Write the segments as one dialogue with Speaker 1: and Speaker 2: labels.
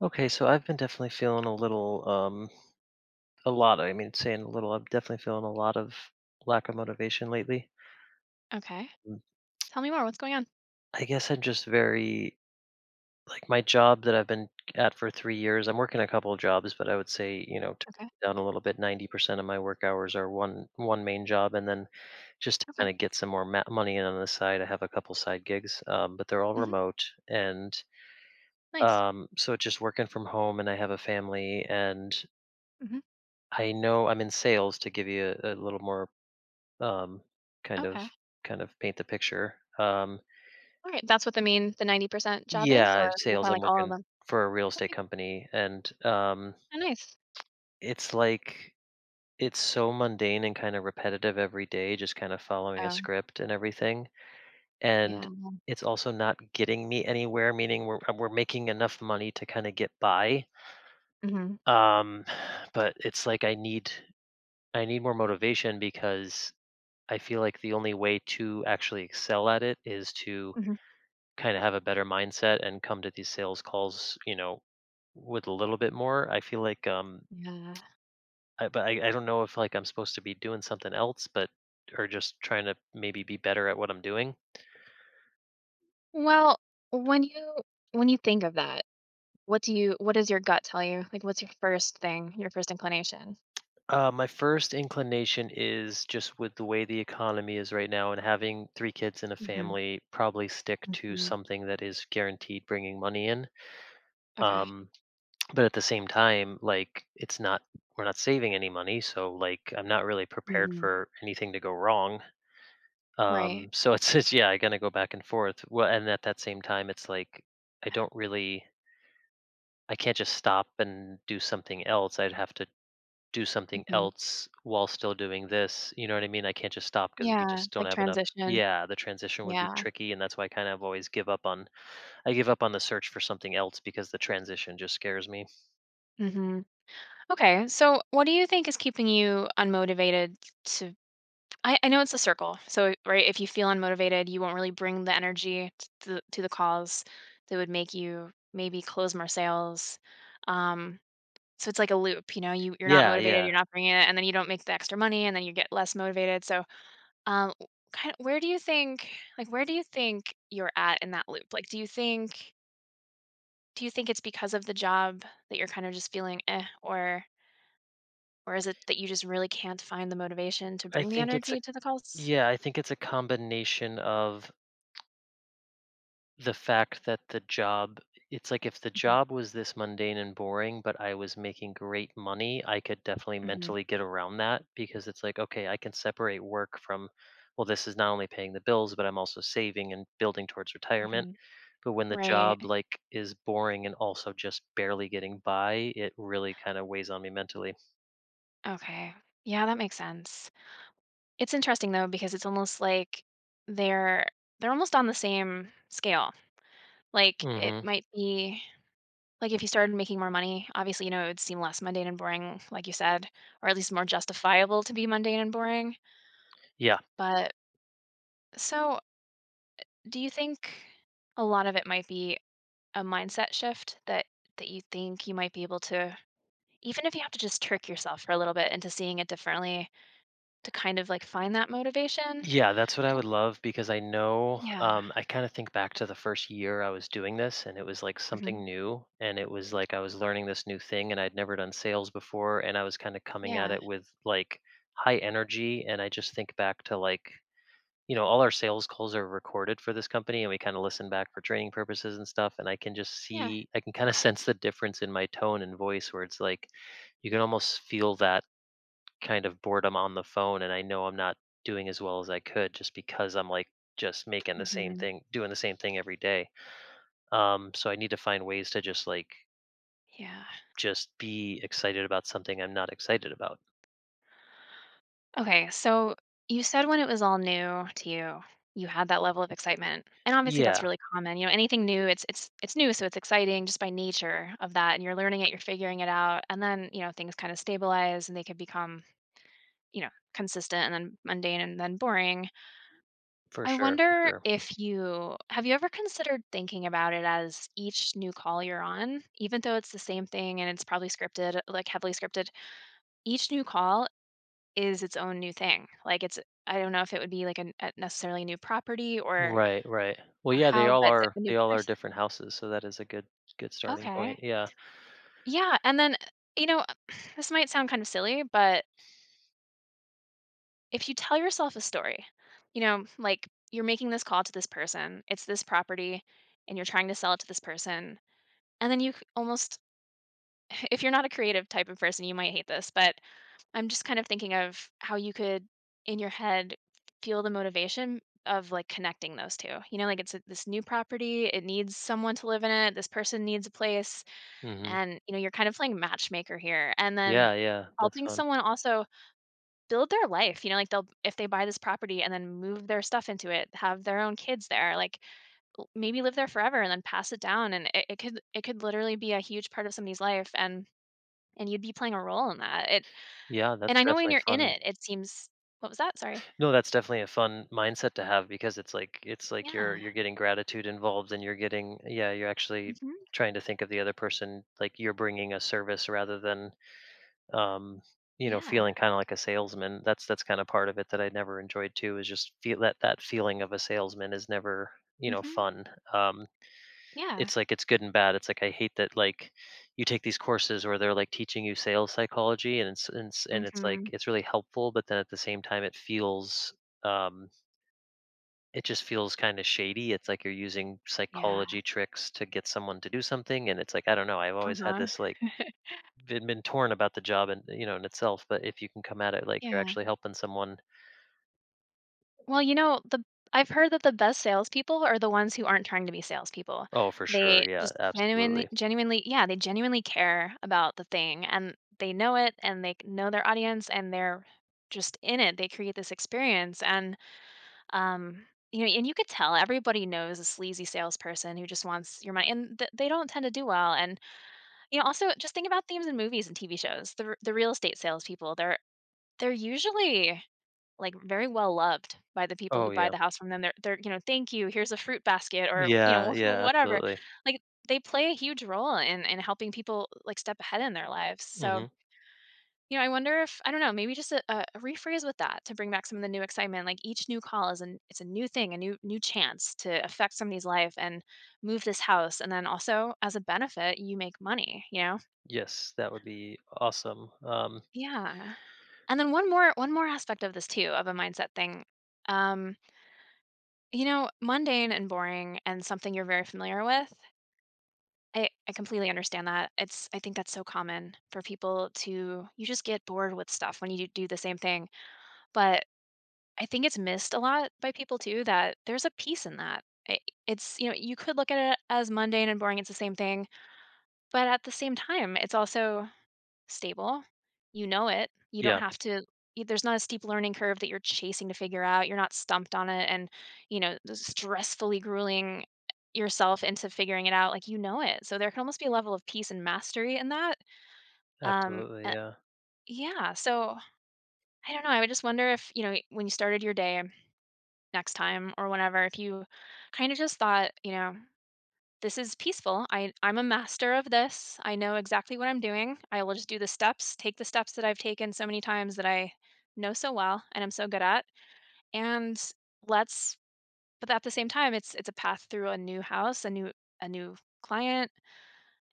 Speaker 1: Okay, so I've been definitely feeling a little, a lot. I mean, saying a little, I'm definitely feeling a lot of lack of motivation lately.
Speaker 2: Okay.
Speaker 1: Mm,
Speaker 2: Tell me more. What's going on?
Speaker 1: I guess I'm just very, like, my job that I've been at for 3 years, I'm working a couple of jobs, but I would say, you know, to break
Speaker 2: Okay.
Speaker 1: it down a little bit, 90% of my work hours are one main job. And then just to
Speaker 2: Okay.
Speaker 1: kind of get some more money in on the side, I have a couple side gigs, but they're all
Speaker 2: Mhm.
Speaker 1: remote. And
Speaker 2: Nice.
Speaker 1: So just working from home, and I have a family, and
Speaker 2: Mhm.
Speaker 1: I know I'm in sales to give you a little more um, kind of
Speaker 2: Okay.
Speaker 1: kind of paint the picture.
Speaker 2: Alright. That's what the 90% job is,
Speaker 1: Yeah,
Speaker 2: or kinda
Speaker 1: sales. I'm
Speaker 2: like all of
Speaker 1: working
Speaker 2: them?
Speaker 1: for a real estate
Speaker 2: Okay.
Speaker 1: company, and
Speaker 2: Oh, nice.
Speaker 1: it's like it's so mundane and kind of repetitive every day, just kind of following a
Speaker 2: Oh,
Speaker 1: script and everything. And
Speaker 2: yeah.
Speaker 1: it's also not getting me anywhere, meaning we're making enough money to kind of get by.
Speaker 2: Mhm.
Speaker 1: Um, but it's like I need more motivation because I feel like the only way to actually excel at it is to
Speaker 2: Mhm.
Speaker 1: kind of have a better mindset and come to these sales calls, you know, with a little bit more. I feel like
Speaker 2: Yeah.
Speaker 1: I don't know if like I'm supposed to be doing something else, but or just trying to maybe be better at what I'm doing.
Speaker 2: Well, when you when you think of that, what do you what does your gut tell you? Like, what's your first thing, your first inclination?
Speaker 1: My first inclination is just with the way the economy is right now and having three kids in a
Speaker 2: Mhm.
Speaker 1: family, probably stick to
Speaker 2: Mhm.
Speaker 1: something that is guaranteed bringing money in.
Speaker 2: Okay.
Speaker 1: Um, But at the same time, like, it's not we're not saving any money, so, like, I'm not really prepared
Speaker 2: Mhm.
Speaker 1: for anything to go wrong.
Speaker 2: Right.
Speaker 1: So it's just yeah, I gotta go back and forth. Well, and at that same time, it's like, I
Speaker 2: Yeah.
Speaker 1: don't really I can't just stop and do something else. I'd have to do something
Speaker 2: Mhm.
Speaker 1: else while still doing this, you know what I mean? I can't just stop because we
Speaker 2: Yeah.
Speaker 1: just don't
Speaker 2: Like
Speaker 1: have enough.
Speaker 2: transition.
Speaker 1: Yeah, the transition would be
Speaker 2: Yeah.
Speaker 1: tricky, and that's why I kind of always give up on I give up on the search for something else because the transition just scares me.
Speaker 2: Mhm. Okay, so what do you think is keeping you unmotivated to? I know it's a circle, so right, if you feel unmotivated, you won't really bring the energy to the cause that would make you maybe close more sales. Um, so it's like a loop, you know, you're not
Speaker 1: Yeah,
Speaker 2: motivated,
Speaker 1: yeah.
Speaker 2: you're not bringing it, and then you don't make the extra money, and then you get less motivated. So, um, kind of, where do you think, like, where do you think you're at in that loop? Like, do you think it's because of the job that you're kind of just feeling eh? Or is it that you just really can't find the motivation to
Speaker 1: I
Speaker 2: bring the
Speaker 1: think it's a
Speaker 2: energy to the calls?
Speaker 1: Yeah, I think it's a combination of the fact that the job it's like if the
Speaker 2: Mhm,
Speaker 1: job was this mundane and boring, but I was making great money, I could definitely
Speaker 2: mhm,
Speaker 1: mentally get around that because it's like, okay, I can separate work from, well, this is not only paying the bills, but I'm also saving and building towards retirement.
Speaker 2: mhm.
Speaker 1: But when the
Speaker 2: Right.
Speaker 1: job like is boring and also just barely getting by, it really kind of weighs on me mentally.
Speaker 2: Okay. Yeah, that makes sense. It's interesting though because it's almost like they're they're almost on the same scale. Like it
Speaker 1: Hmm.
Speaker 2: might be like if you started making more money, obviously, you know, it would seem less mundane and boring, like you said, or at least more justifiable to be mundane and boring.
Speaker 1: Yeah,
Speaker 2: But so do you think a lot of it might be a mindset shift that you think you might be able to? Even if you have to just trick yourself for a little bit into seeing it differently, to kind of, like, find that motivation. Like
Speaker 1: yeah, that's what I
Speaker 2: w-
Speaker 1: would love because I know
Speaker 2: Yeah.
Speaker 1: I kind of think back to the first year I was doing this, and it was like
Speaker 2: Mhm.
Speaker 1: something new. And it was like I was learning this new thing, and I'd never done sales before. And I was kind of coming at
Speaker 2: Yeah.
Speaker 1: it with like high energy. And I just think back to like, you know, all our sales calls are recorded for this company, and we kind of listen back for training purposes and stuff. And I can just
Speaker 2: Yeah.
Speaker 1: see, I can kind of sense the difference in my tone and voice where it's like you can almost feel that kind of boredom on the phone and I know I'm not doing as well as I could just because I'm like just making the same
Speaker 2: Mhm.
Speaker 1: thing, doing the same thing every day. So I need to find ways to just like
Speaker 2: Yeah.
Speaker 1: just be excited about something I'm not excited about.
Speaker 2: Okay, so you said when it was all new to you, you had that level of excitement, and obviously that's
Speaker 1: Yeah,
Speaker 2: really common, you know, anything new, it's it's new, so it's exciting just by nature of that, and you're learning it, you're figuring it out, and then, you know, things kinda stabilize and they can become, you know, consistent and then mundane and then boring.
Speaker 1: for
Speaker 2: I
Speaker 1: sure, for
Speaker 2: wonder
Speaker 1: sure.
Speaker 2: if you have you ever considered thinking about it as each new call you're on, even though it's the same thing and it's probably scripted, like heavily scripted, each new call is its own new thing. Like it's I don't know if it would be like a necessarily new property
Speaker 1: Right, right. Well,
Speaker 2: or
Speaker 1: yeah,
Speaker 2: how, but it's a new
Speaker 1: they all are
Speaker 2: person.
Speaker 1: different houses, so that is a good starting
Speaker 2: Okay.
Speaker 1: point. Yeah.
Speaker 2: Yeah, and then, you know, this might sound kind of silly, but if you tell yourself a story, you know, like you're making this call to this person, it's this property and you're trying to sell it to this person. And then you c almost, if you're not a creative type of person, you might hate this, but I'm just kind of thinking of how you could, in your head, feel the motivation of, like, connecting those two. You know, like, it's a this new property, it needs someone to live in it, this person needs a place,
Speaker 1: Mhm.
Speaker 2: and, you know, you're kind of playing matchmaker here, and then
Speaker 1: Yeah, yeah, that's
Speaker 2: helping
Speaker 1: fun.
Speaker 2: someone also build their life, you know, like, they'll if they buy this property and then move their stuff into it, have their own kids there, like, l- maybe live there forever and then pass it down and it, it could literally be a huge part of somebody's life and you'd be playing a role in that it
Speaker 1: Yeah, that's
Speaker 2: and I know when
Speaker 1: definitely
Speaker 2: you're in
Speaker 1: fun.
Speaker 2: it it seems what was that sorry
Speaker 1: No, that's definitely a fun mindset to have because it's like
Speaker 2: yeah
Speaker 1: you're getting gratitude involved and you're getting yeah, you're actually
Speaker 2: hmm
Speaker 1: trying to think of the other person like you're bringing a service rather than um you know
Speaker 2: yeah
Speaker 1: feeling kind of like a salesman. That's kind of part of it that I never enjoyed too is just feel that feeling of a salesman is never, you know,
Speaker 2: hmm
Speaker 1: fun. Um
Speaker 2: yeah
Speaker 1: it's like it's good and bad. It's like I hate that like you take these courses where they're like teaching you sales psychology and it's like
Speaker 2: hmm
Speaker 1: it's really helpful, but then at the same time it feels um it just feels kinda shady. It's like you're using
Speaker 2: yeah
Speaker 1: psychology tricks to get someone to do something, and it's like, I don't know, I've always had
Speaker 2: uh-huh
Speaker 1: this, like, been torn about the job and, you know, in itself, but if you can come at it like you're
Speaker 2: yeah.
Speaker 1: actually helping someone.
Speaker 2: Well, you know, the I've heard that the best salespeople are the ones who aren't trying to be salespeople.
Speaker 1: Oh, for
Speaker 2: They
Speaker 1: sure, yeah,
Speaker 2: just genuinely,
Speaker 1: absolutely.
Speaker 2: genuinely, yeah, they genuinely care about the thing and they know it and they know their audience and they're just in it. They create this experience and um you know, and you could tell everybody knows a sleazy salesperson who just wants your money, and they don't tend to do well. And you know, also just think about themes in movies and TV shows. The real estate salespeople, they're usually like, very well loved by the people who
Speaker 1: Oh,
Speaker 2: buy
Speaker 1: yeah.
Speaker 2: the house from them. They're, you know, "Thank you, here's a fruit basket," or, you
Speaker 1: Yeah,
Speaker 2: know,
Speaker 1: yeah,
Speaker 2: whatever.
Speaker 1: absolutely.
Speaker 2: Like, they play a huge role in helping people, like, step ahead in their lives. So,
Speaker 1: Mhm.
Speaker 2: you know, I wonder if I don't know, maybe just a rephrase with that to bring back some of the new excitement, like, each new call is an it's a new thing, a new new chance to affect somebody's life and move this house, and then also, as a benefit, you make money, you know?
Speaker 1: Yes, that would be awesome.
Speaker 2: Yeah. And then one more aspect of this too, of a mindset thing, um you know, mundane and boring and something you're very familiar with, I completely understand that. It's I think that's so common for people to you just get bored with stuff when you do the same thing. But I think it's missed a lot by people too that there's a piece in that. I- It's you know, you could look at it as mundane and boring, it's the same thing, but at the same time, it's also stable. You know it. You don't
Speaker 1: Yeah,
Speaker 2: have to y there's not a steep learning curve that you're chasing to figure out. You're not stumped on it and, you know, stressfully grueling yourself into figuring it out, like, you know it. So there can almost be a level of peace and mastery in that. Um,
Speaker 1: absolutely,
Speaker 2: uh
Speaker 1: yeah.
Speaker 2: yeah, so I don't know, I would just wonder if, you know, when you started your day next time or whenever, if you kinda just thought, you know, this is peaceful. I'm a master of this. I know exactly what I'm doing. I will just do the steps, take the steps that I've taken so many times that I know so well and I'm so good at. And let's, but at the same time, it's a path through a new house, a new client,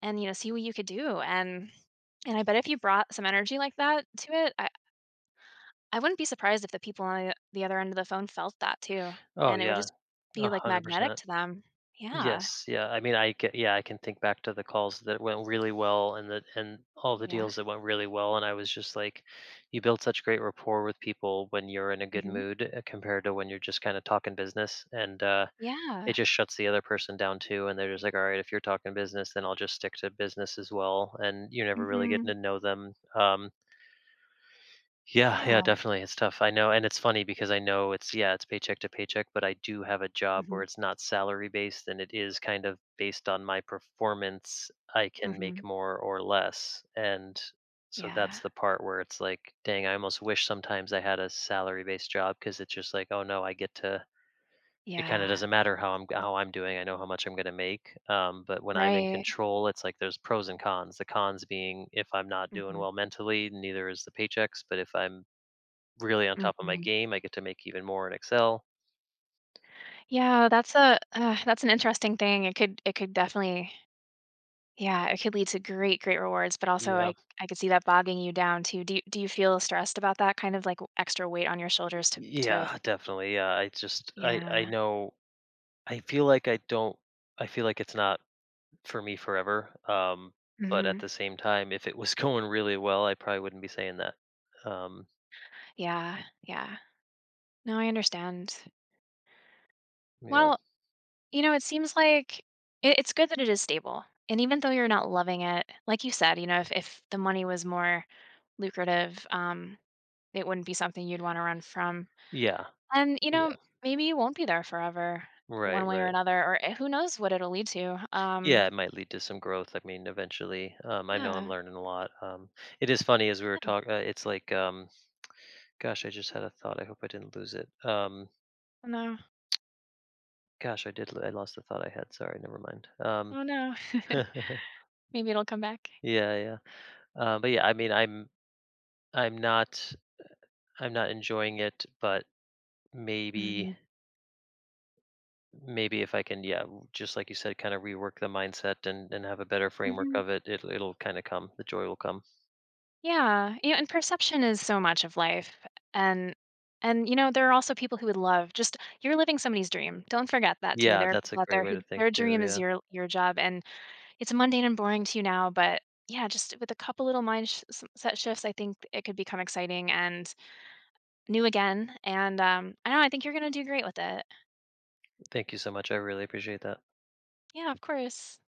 Speaker 2: and you know, see what you could do. And I bet if you brought some energy like that to it, I wouldn't be surprised if the people on the other end of the phone felt that too.
Speaker 1: Oh,
Speaker 2: And it would
Speaker 1: yeah,
Speaker 2: just be like magnetic
Speaker 1: 100%.
Speaker 2: to them. Yeah.
Speaker 1: Yes, yeah. I mean, I ca yeah, I can think back to the calls that went really well and that and all the
Speaker 2: Yeah.
Speaker 1: deals that went really well, and I was just like, you build such great rapport with people when you're in a good
Speaker 2: Hmm.
Speaker 1: mood, compared to when you're just kinda talking business, and, it
Speaker 2: Yeah.
Speaker 1: just shuts the other person down too, and they're just like, "Alright, if you're talking business, then I'll just stick to business as well," and you're never really getting
Speaker 2: Hmm.
Speaker 1: to know them. Yeah, yeah,
Speaker 2: Yeah.
Speaker 1: definitely. It's tough. I know, and it's funny because I know it's yeah, it's paycheck to paycheck, but I do have a job where
Speaker 2: Mhm,
Speaker 1: it's not salary based and it is kind of based on my performance. I can
Speaker 2: mhm.
Speaker 1: make more or less. And so that's
Speaker 2: Yeah,
Speaker 1: the part where it's like, dang, I almost wish sometimes I had a salary based job because it's just like, oh no, I get to it kind of
Speaker 2: yeah.
Speaker 1: doesn't matter how I'm doing. I know how much I'm going to make. But when I'm in
Speaker 2: Right.
Speaker 1: control, it's like there's pros and cons. The cons being if I'm not doing
Speaker 2: Mhm,
Speaker 1: well mentally, neither is the paychecks. But if I'm really on top of my
Speaker 2: mhm.
Speaker 1: game. I get to make even more in Excel.
Speaker 2: Yeah, that's a that's an interesting thing. It could definitely yeah, it could lead to great, great rewards, but also
Speaker 1: Yeah.
Speaker 2: I could see that bogging you down too. Do you feel stressed about that kind of, like, extra weight on your shoulders to
Speaker 1: Yeah, definitely. Yeah, I
Speaker 2: yeah.
Speaker 1: know I feel like I don't I feel like it's not for me forever. But at
Speaker 2: Mhm.
Speaker 1: the same time, if it was going really well, I probably wouldn't be saying that. Um,
Speaker 2: Yeah, yeah. No, I understand.
Speaker 1: yeah.
Speaker 2: Well, you know, it seems like it, it's good that it is stable. And even though you're not loving it, like you said, you know, if the money was more lucrative, it wouldn't be something you'd want to run from.
Speaker 1: Yeah.
Speaker 2: And, you know,
Speaker 1: Yeah.
Speaker 2: maybe you won't be there forever, one
Speaker 1: Right,
Speaker 2: way or
Speaker 1: right.
Speaker 2: another, or eh, who knows what it'll lead to.
Speaker 1: Yeah, it might lead to some growth. I mean, eventually, I know I'm
Speaker 2: Yeah.
Speaker 1: learning a lot. It is funny as we were talking. Gosh, I just had a thought. I hope I didn't lose it.
Speaker 2: Oh no.
Speaker 1: Gosh, I lost the thought I had, sorry, never mind.
Speaker 2: Oh no. Maybe it'll come back.
Speaker 1: Yeah, yeah. But, yeah, I mean, I'm not I'm not enjoying it, but maybe
Speaker 2: Hmm.
Speaker 1: maybe if I can, yeah, w just like you said, kinda rework the mindset and have a better framework of it, it'll kinda come, the joy will come.
Speaker 2: Yeah, you know, and perception is so much of life. And and you know, there are also people who would love just you're living somebody's dream. Don't forget that too.
Speaker 1: Yeah,
Speaker 2: There are
Speaker 1: that's a
Speaker 2: people out
Speaker 1: great
Speaker 2: there
Speaker 1: way
Speaker 2: who
Speaker 1: to think
Speaker 2: their
Speaker 1: too,
Speaker 2: dream is
Speaker 1: yeah.
Speaker 2: your job and it's mundane and boring to you now, but yeah, just with a couple little set shifts, I think it could become exciting and new again. And I don't know, I think you're gonna do great with it.
Speaker 1: Thank you so much, I really appreciate that.
Speaker 2: Yeah, of course.